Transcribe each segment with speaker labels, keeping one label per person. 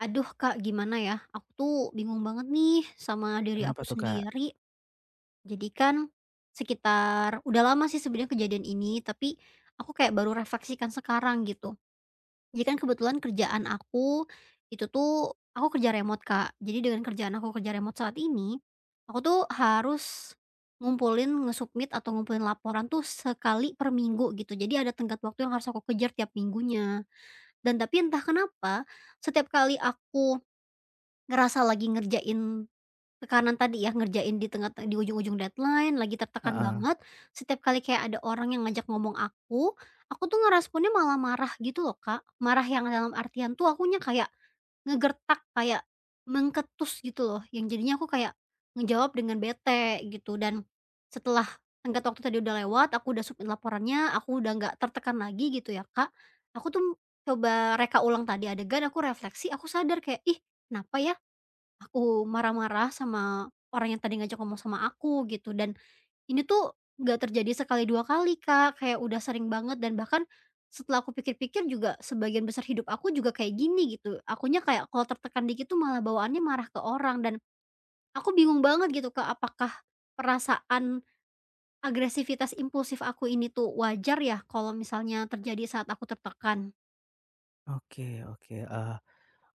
Speaker 1: Aduh Kak, gimana ya? Aku tuh bingung banget nih sama diri
Speaker 2: Kenapa
Speaker 1: aku
Speaker 2: tuh, Kak?
Speaker 1: sendiri. Jadi kan sekitar udah lama sih sebenarnya kejadian ini, tapi aku kayak baru refleksikan sekarang gitu. Jadi kan kebetulan kerjaan aku itu tuh aku kerja remote, Kak. Jadi dengan kerjaan aku kerja remote saat ini, aku tuh harus ngumpulin, ngesubmit atau ngumpulin laporan tuh sekali per minggu gitu. Jadi ada tenggat waktu yang harus aku kejar tiap minggunya. Dan tapi entah kenapa setiap kali aku ngerasa lagi ngerjain tekanan tadi ya, ngerjain di tengah, di ujung-ujung deadline, lagi tertekan
Speaker 2: Heeh.
Speaker 1: banget, setiap kali kayak ada orang yang ngajak ngomong aku tuh ngeresponnya malah marah gitu loh, Kak. Marah yang dalam artian tuh akunya kayak ngegertak, kayak mengketus gitu loh, yang jadinya aku kayak ngejawab dengan bete gitu, dan setelah tenggat waktu tadi udah lewat, aku udah submit laporannya, aku udah nggak tertekan lagi gitu ya, Kak. Aku tuh coba reka ulang tadi adegan, aku refleksi, aku sadar kayak, "Ih, kenapa ya aku marah-marah sama orang yang tadi ngajak ngomong sama aku, gitu?" Dan ini tuh nggak terjadi sekali 2 kali, Kak, kayak udah sering banget, dan bahkan setelah aku pikir-pikir juga sebagian besar hidup aku juga kayak gini gitu. Akunya kayak kalau tertekan dikit tuh malah bawaannya marah ke orang, dan aku bingung banget gitu, Kak, apakah perasaan agresivitas impulsif aku ini tuh wajar ya kalau misalnya terjadi saat aku tertekan?
Speaker 2: oke oke,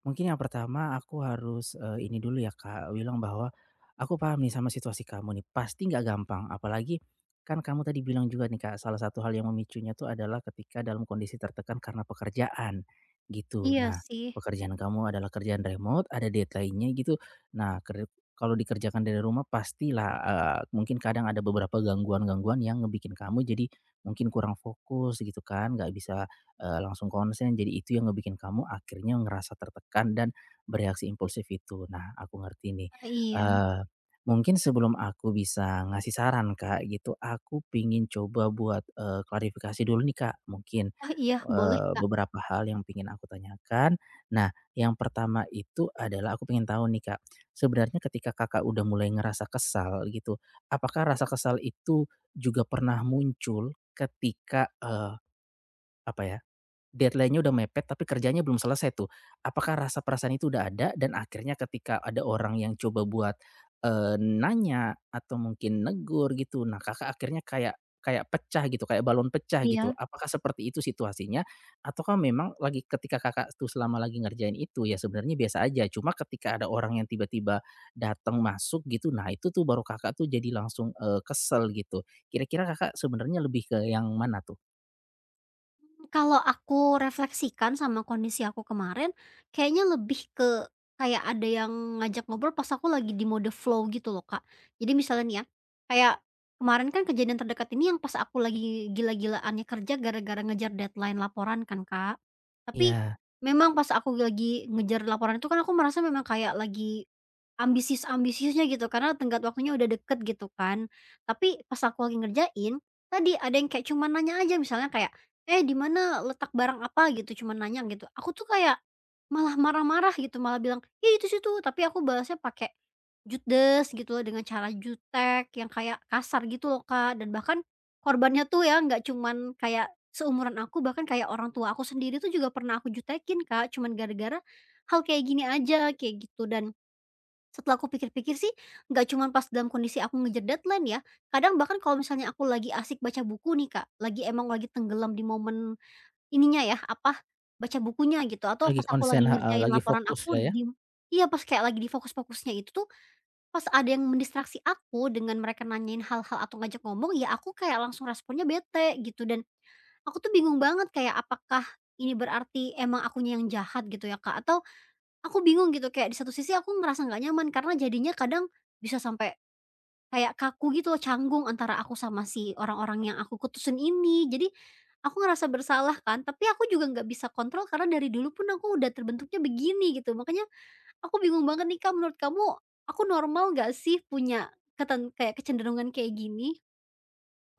Speaker 2: mungkin yang pertama aku harus, ini dulu ya, Kak, bilang bahwa aku paham nih sama situasi kamu nih, pasti nggak gampang. Apalagi kan kamu tadi bilang juga nih, Kak, salah satu hal yang memicunya tuh adalah ketika dalam kondisi tertekan karena pekerjaan, gitu.
Speaker 1: Iya
Speaker 2: Nah,
Speaker 1: sih.
Speaker 2: pekerjaan kamu adalah kerjaan remote, ada deadline-nya gitu. Nah, kalau dikerjakan dari rumah pastilah, mungkin kadang ada beberapa gangguan-gangguan yang ngebikin kamu jadi mungkin kurang fokus gitu kan, nggak bisa langsung konsen, jadi itu yang ngebikin kamu akhirnya ngerasa tertekan dan bereaksi impulsif itu. Nah, aku ngerti nih,
Speaker 1: Ah, iya.
Speaker 2: eee, mungkin sebelum aku bisa ngasih saran, Kak, gitu, aku pingin coba buat, klarifikasi dulu nih, Kak, mungkin,
Speaker 1: Ah, iya boleh, Kak.
Speaker 2: beberapa hal yang pingin aku tanyakan. Nah, yang pertama itu adalah aku pengen tahu nih, Kak, sebenarnya ketika Kakak udah mulai ngerasa kesal gitu, apakah rasa kesal itu juga pernah muncul ketika, apa ya, deadline-nya udah mepet tapi kerjanya belum selesai tuh. Apakah rasa perasaan itu udah ada dan akhirnya ketika ada orang yang coba buat, nanya atau mungkin negur gitu, nah Kakak akhirnya kayak kayak pecah gitu, kayak balon pecah gitu.
Speaker 1: Iya.
Speaker 2: Apakah seperti itu situasinya? Ataukah memang lagi ketika Kakak tuh selama lagi ngerjain itu ya sebenarnya biasa aja, cuma ketika ada orang yang tiba-tiba datang masuk gitu, nah itu tuh baru Kakak tuh jadi langsung, kesel gitu. Kira-kira Kakak sebenarnya lebih ke yang mana tuh?
Speaker 1: Kalau aku refleksikan sama kondisi aku kemarin, kayaknya lebih ke kayak ada yang ngajak ngobrol pas aku lagi di mode flow gitu loh, Kak. Jadi misalnya nih ya, kayak kemarin kan kejadian terdekat ini yang pas aku lagi gila-gilaannya kerja gara-gara ngejar deadline laporan kan, Kak. Tapi
Speaker 2: Iya.
Speaker 1: memang pas aku lagi ngejar laporan itu kan aku merasa memang kayak lagi ambisius-ambisiusnya gitu karena tenggat waktunya udah deket gitu kan. Tapi pas aku lagi ngerjain, tadi ada yang kayak cuma nanya aja misalnya kayak, "Eh, di mana letak barang apa?" gitu, cuma nanya gitu. Aku tuh kayak malah marah-marah gitu, malah bilang, "Ya itu situ," tapi aku balasnya pakai judes gitu loh, dengan cara jutek yang kayak kasar gitu loh, Kak, dan bahkan korbannya tuh ya nggak cuman kayak seumuran aku, bahkan kayak orang tua aku sendiri tuh juga pernah aku jutekin, Kak, cuman gara-gara hal kayak gini aja, kayak gitu. Dan setelah aku pikir-pikir sih nggak cuman pas dalam kondisi aku ngejar deadline ya, kadang bahkan kalau misalnya aku lagi asik baca buku nih, Kak, lagi emang lagi tenggelam di momen ininya ya, apa, baca bukunya gitu, atau
Speaker 2: Lagi
Speaker 1: pas aku
Speaker 2: konsen,
Speaker 1: lagi
Speaker 2: heeh,
Speaker 1: ngerjain
Speaker 2: lagi
Speaker 1: laporan
Speaker 2: fokus
Speaker 1: aku
Speaker 2: lah ya.
Speaker 1: di, iya, pas kayak lagi di fokus-fokusnya itu tuh, pas ada yang mendistraksi aku dengan mereka nanyain hal-hal atau ngajak ngomong, ya aku kayak langsung responnya bete gitu, dan aku tuh bingung banget kayak apakah ini berarti emang akunya yang jahat gitu ya, Kak, atau aku bingung gitu kayak di satu sisi aku ngerasa nggak nyaman karena jadinya kadang bisa sampai kayak kaku gitu loh, canggung antara aku sama si orang-orang yang aku kutusin ini. Jadi, aku ngerasa bersalah kan, tapi aku juga nggak bisa kontrol karena dari dulu pun aku udah terbentuknya begini gitu. Makanya aku bingung banget nih, Kak, menurut kamu aku normal nggak sih punya kayak kecenderungan kayak gini?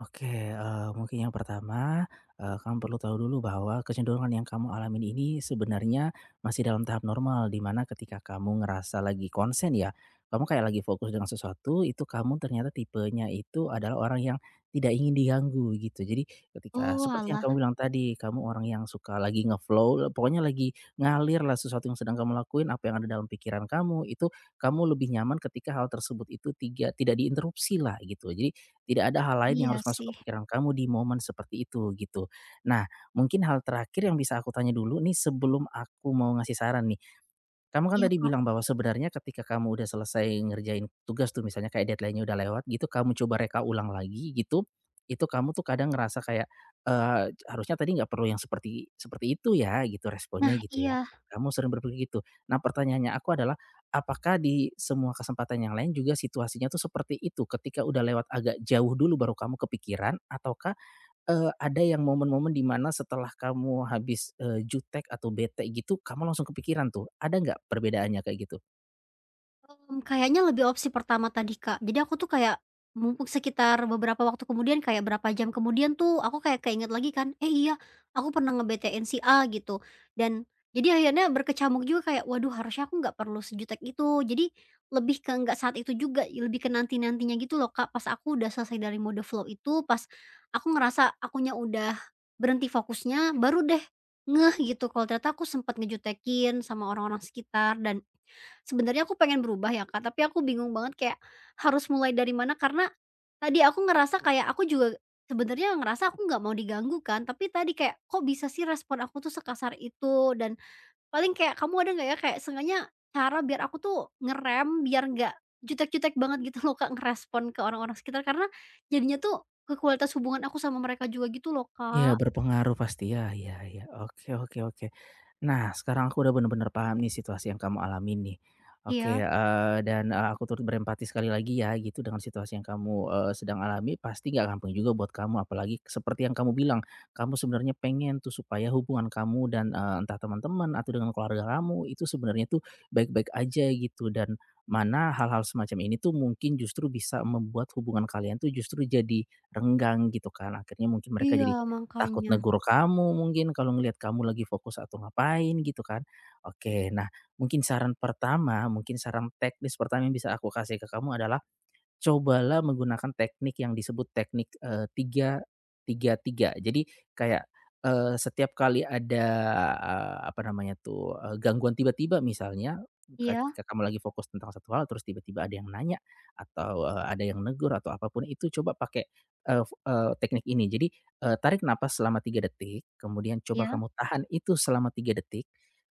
Speaker 2: Oke, mungkin yang pertama, kamu perlu tahu dulu bahwa kecenderungan yang kamu alamin ini sebenarnya masih dalam tahap normal, di mana ketika kamu ngerasa lagi konsen ya, kamu kayak lagi fokus dengan sesuatu, itu kamu ternyata tipenya itu adalah orang yang tidak ingin diganggu gitu. Jadi ketika
Speaker 1: Oh
Speaker 2: seperti yang
Speaker 1: oalah,
Speaker 2: kamu bilang tadi, kamu orang yang suka lagi ngeflow, pokoknya lagi ngalir lah sesuatu yang sedang kamu lakuin, apa yang ada dalam pikiran kamu, itu kamu lebih nyaman ketika hal tersebut itu tidak diinterupsi lah gitu. Jadi tidak ada hal lain yang
Speaker 1: iya
Speaker 2: harus masuk
Speaker 1: sih.
Speaker 2: ke pikiran kamu di momen seperti itu gitu. Nah, mungkin hal terakhir yang bisa aku tanya dulu nih sebelum aku mau ngasih saran nih. Kamu kan
Speaker 1: Iya,
Speaker 2: tadi
Speaker 1: Kak.
Speaker 2: bilang bahwa sebenarnya ketika kamu udah selesai ngerjain tugas tuh misalnya kayak deadline-nya udah lewat gitu, kamu coba reka ulang lagi gitu, itu kamu tuh kadang ngerasa kayak, harusnya tadi nggak perlu yang seperti seperti itu ya gitu
Speaker 1: Nah,
Speaker 2: responnya gitu ya.
Speaker 1: iya.
Speaker 2: Kamu sering berpikir gitu. Nah pertanyaannya aku adalah, apakah di semua kesempatan yang lain juga situasinya tuh seperti itu? Ketika udah lewat agak jauh dulu baru kamu kepikiran ataukah ada yang momen-momen di mana setelah kamu habis, jutek atau bete gitu, kamu langsung kepikiran tuh, ada nggak perbedaannya kayak gitu?
Speaker 1: Kayaknya lebih opsi pertama tadi, Kak. Jadi aku tuh kayak mumpung sekitar beberapa waktu kemudian, kayak berapa jam kemudian tuh aku kayak keinget lagi kan, "Eh, iya aku pernah nge-BT-in si A," gitu. Dan jadi akhirnya berkecamuk juga kayak, "Waduh, harusnya aku nggak perlu sejutek itu." Jadi lebih ke nggak saat itu juga, lebih ke nanti-nantinya gitu loh, Kak. Pas aku udah selesai dari mode flow itu, pas aku ngerasa akunya udah berhenti fokusnya, baru deh ngeh gitu kalau ternyata aku sempet ngejutekin sama orang-orang sekitar, dan sebenarnya aku pengen berubah ya Kak, tapi aku bingung banget kayak harus mulai dari mana karena tadi aku ngerasa kayak aku juga sebenarnya ngerasa aku nggak mau diganggu kan, tapi tadi kayak kok bisa sih respon aku tuh sekasar itu, dan paling kayak kamu ada nggak ya kayak seenggaknya cara biar aku tuh ngerem biar nggak jutek-jutek banget gitu loh Kak, ngerespon ke orang-orang sekitar karena jadinya tuh ke kualitas hubungan aku sama mereka juga gitu loh
Speaker 2: Iya
Speaker 1: Kak.
Speaker 2: berpengaruh pasti ya, iya, iya. Oke, oke, oke. Nah sekarang aku udah bener-bener paham nih situasi yang kamu alami nih. Oke,
Speaker 1: Iya.
Speaker 2: dan, aku turut berempati sekali lagi ya gitu dengan situasi yang kamu, sedang alami pasti nggak gampang juga buat kamu apalagi seperti yang kamu bilang, kamu sebenarnya pengen tuh supaya hubungan kamu dan, entah teman-teman atau dengan keluarga kamu itu sebenarnya tuh baik-baik aja gitu dan mana hal-hal semacam ini tuh mungkin justru bisa membuat hubungan kalian tuh justru jadi renggang gitu kan, akhirnya mungkin mereka
Speaker 1: Iya
Speaker 2: jadi takut
Speaker 1: makanya.
Speaker 2: negur kamu mungkin kalau ngelihat kamu lagi fokus atau ngapain gitu kan. Oke, nah mungkin saran pertama, mungkin saran teknis pertama yang bisa aku kasih ke kamu adalah cobalah menggunakan teknik yang disebut teknik, 3 3 3. Jadi kayak, setiap kali ada, apa namanya tuh, gangguan tiba-tiba misalnya,
Speaker 1: Iya,
Speaker 2: ketika kamu lagi fokus tentang satu hal terus tiba-tiba ada yang nanya atau, ada yang negur atau apapun itu coba pakai, teknik ini. Jadi, tarik napas selama 3 detik, kemudian coba
Speaker 1: iya.
Speaker 2: kamu tahan itu selama 3 detik,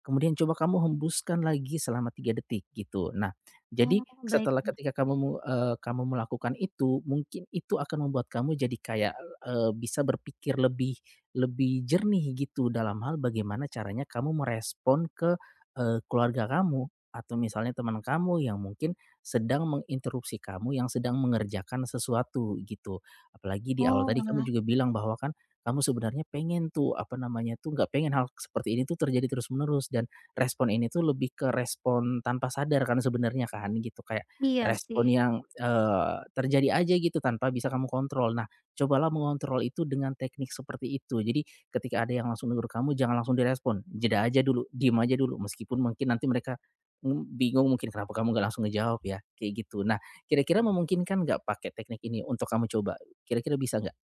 Speaker 2: kemudian coba kamu hembuskan lagi selama 3 detik gitu. Nah jadi
Speaker 1: Oh,
Speaker 2: setelah
Speaker 1: baiklah.
Speaker 2: ketika kamu melakukan itu, mungkin itu akan membuat kamu jadi kayak, bisa berpikir lebih lebih jernih gitu dalam hal bagaimana caranya kamu merespon ke, keluarga kamu atau misalnya teman kamu yang mungkin sedang menginterupsi kamu, yang sedang mengerjakan sesuatu gitu. Apalagi di awal
Speaker 1: Oh,
Speaker 2: tadi kamu
Speaker 1: alah.
Speaker 2: juga bilang bahwa kan kamu sebenarnya pengen tuh, apa namanya tuh, nggak pengen hal seperti ini tuh terjadi terus-menerus dan respon ini tuh lebih ke respon tanpa sadar kan sebenarnya kan gitu, kayak
Speaker 1: Iya sih.
Speaker 2: respon yang, terjadi aja gitu tanpa bisa kamu kontrol. Nah, cobalah mengontrol itu dengan teknik seperti itu. Jadi ketika ada yang langsung negur kamu jangan langsung direspon, jeda aja dulu, diem aja dulu, meskipun mungkin nanti mereka, bingung mungkin kenapa kamu nggak langsung ngejawab ya, kayak gitu. Nah, kira-kira memungkinkan nggak pakai teknik ini untuk kamu coba? Kira-kira bisa nggak?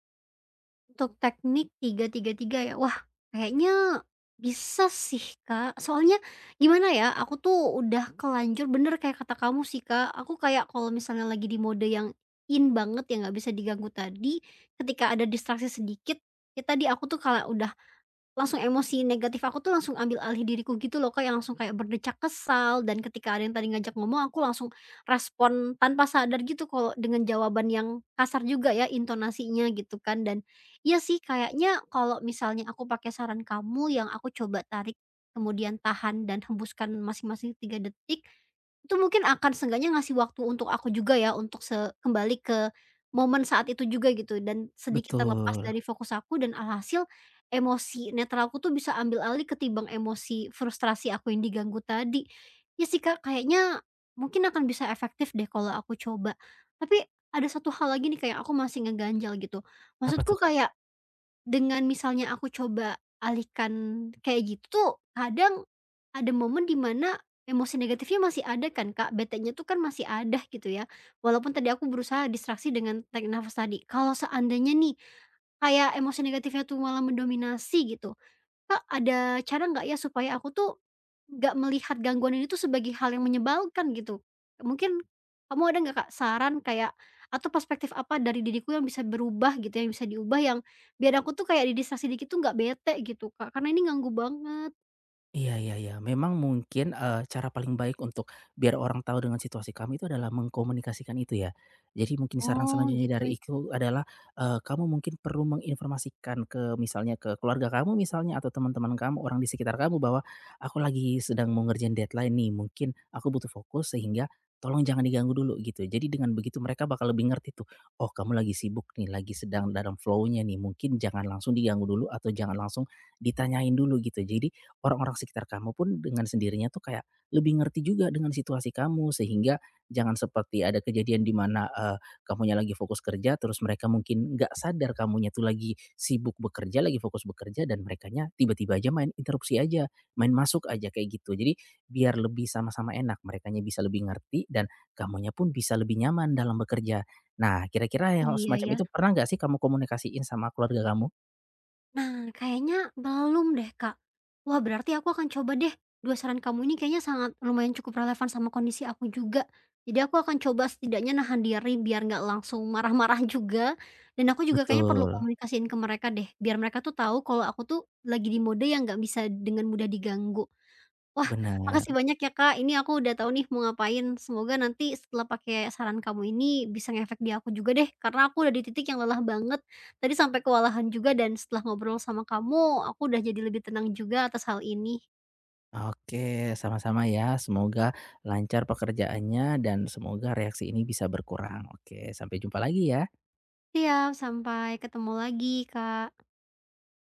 Speaker 1: Untuk teknik tiga tiga tiga ya? Wah, kayaknya bisa sih, Kak. Soalnya gimana ya, aku tuh udah kelanjur bener kayak kata kamu sih, Kak. Aku kayak kalau misalnya lagi di mode yang in banget yang nggak bisa diganggu tadi, ketika ada distraksi sedikit, ya tadi aku tuh kalau udah langsung emosi negatif aku tuh langsung ambil alih diriku gitu loh Kak, yang langsung kayak berdecak kesal, dan ketika ada yang tadi ngajak ngomong aku langsung respon tanpa sadar gitu kalau dengan jawaban yang kasar juga ya intonasinya gitu kan, dan iya sih kayaknya kalau misalnya aku pakai saran kamu yang aku coba tarik, kemudian tahan dan hembuskan masing-masing 3 detik, itu mungkin akan seenggaknya ngasih waktu untuk aku juga ya untuk se kembali ke momen saat itu juga gitu dan sedikit terlepas
Speaker 2: Betul.
Speaker 1: dari fokus aku, dan alhasil emosi netral aku tuh bisa ambil alih ketimbang emosi frustrasi aku yang diganggu tadi. Ya sih, Kak, kayaknya mungkin akan bisa efektif deh kalau aku coba. Tapi ada satu hal lagi nih, Kak, aku masih ngeganjal gitu.
Speaker 2: Apa
Speaker 1: Maksudku
Speaker 2: tuh, Kak?
Speaker 1: kayak dengan misalnya aku coba alihkan kayak gitu tuh kadang ada momen dimana emosi negatifnya masih ada kan, Kak, betenya tuh kan masih ada gitu ya. Walaupun tadi aku berusaha distraksi dengan teknik nafas tadi. Kalau seandainya nih kayak emosi negatifnya tuh malah mendominasi gitu. Kak, ada cara nggak ya supaya aku tuh nggak melihat gangguan ini tuh sebagai hal yang menyebalkan gitu? Mungkin kamu ada nggak Kak saran kayak atau perspektif apa dari diriku yang bisa berubah gitu, yang bisa diubah, yang biar aku tuh kayak didistraksi dikit tuh nggak bete gitu Kak, karena ini ganggu banget.
Speaker 2: Iya, iya, iya. Memang mungkin, cara paling baik untuk biar orang tahu dengan situasi kamu itu adalah mengkomunikasikan itu ya. Jadi mungkin saran
Speaker 1: Oh
Speaker 2: selanjutnya
Speaker 1: gitu
Speaker 2: dari
Speaker 1: ya,
Speaker 2: itu adalah, kamu mungkin perlu menginformasikan ke misalnya ke keluarga kamu misalnya atau teman-teman kamu, orang di sekitar kamu bahwa, "Aku lagi sedang mau ngerjain deadline nih, mungkin aku butuh fokus sehingga tolong jangan diganggu dulu," gitu. Jadi dengan begitu mereka bakal lebih ngerti tuh, "Oh kamu lagi sibuk nih, lagi sedang dalam flow-nya nih, mungkin jangan langsung diganggu dulu atau jangan langsung ditanyain dulu," gitu. Jadi orang-orang sekitar kamu pun dengan sendirinya tuh kayak lebih ngerti juga dengan situasi kamu sehingga jangan seperti ada kejadian di mana, kamunya lagi fokus kerja terus mereka mungkin nggak sadar kamunya tuh lagi sibuk bekerja, lagi fokus bekerja dan merekanya tiba-tiba aja main interupsi aja, main masuk aja kayak gitu. Jadi biar lebih sama-sama enak, merekanya bisa lebih ngerti dan kamunya pun bisa lebih nyaman dalam bekerja. Nah, kira-kira hal
Speaker 1: iya
Speaker 2: semacam
Speaker 1: ya.
Speaker 2: itu pernah nggak sih kamu komunikasiin sama keluarga kamu?
Speaker 1: Nah, kayaknya belum deh, Kak. Wah, berarti aku akan coba deh. Dua saran kamu ini kayaknya sangat lumayan cukup relevan sama kondisi aku juga. Jadi aku akan coba setidaknya nahan diri biar nggak langsung marah-marah juga, dan aku juga kayaknya perlu
Speaker 2: Betul,
Speaker 1: komunikasiin ke mereka deh, biar mereka tuh tahu kalau aku tuh lagi di mode yang nggak bisa dengan mudah diganggu. Wah, makasih
Speaker 2: benar.
Speaker 1: banyak ya Kak, ini aku udah tahu nih mau ngapain. Semoga nanti setelah pakai saran kamu ini bisa ngefek di aku juga deh, karena aku udah di titik yang lelah banget. Tadi sampai kewalahan juga, dan setelah ngobrol sama kamu, aku udah jadi lebih tenang juga atas hal ini.
Speaker 2: Oke, sama-sama ya. Semoga lancar pekerjaannya dan semoga reaksi ini bisa berkurang. Oke, sampai jumpa lagi ya.
Speaker 1: Siap, sampai ketemu lagi Kak.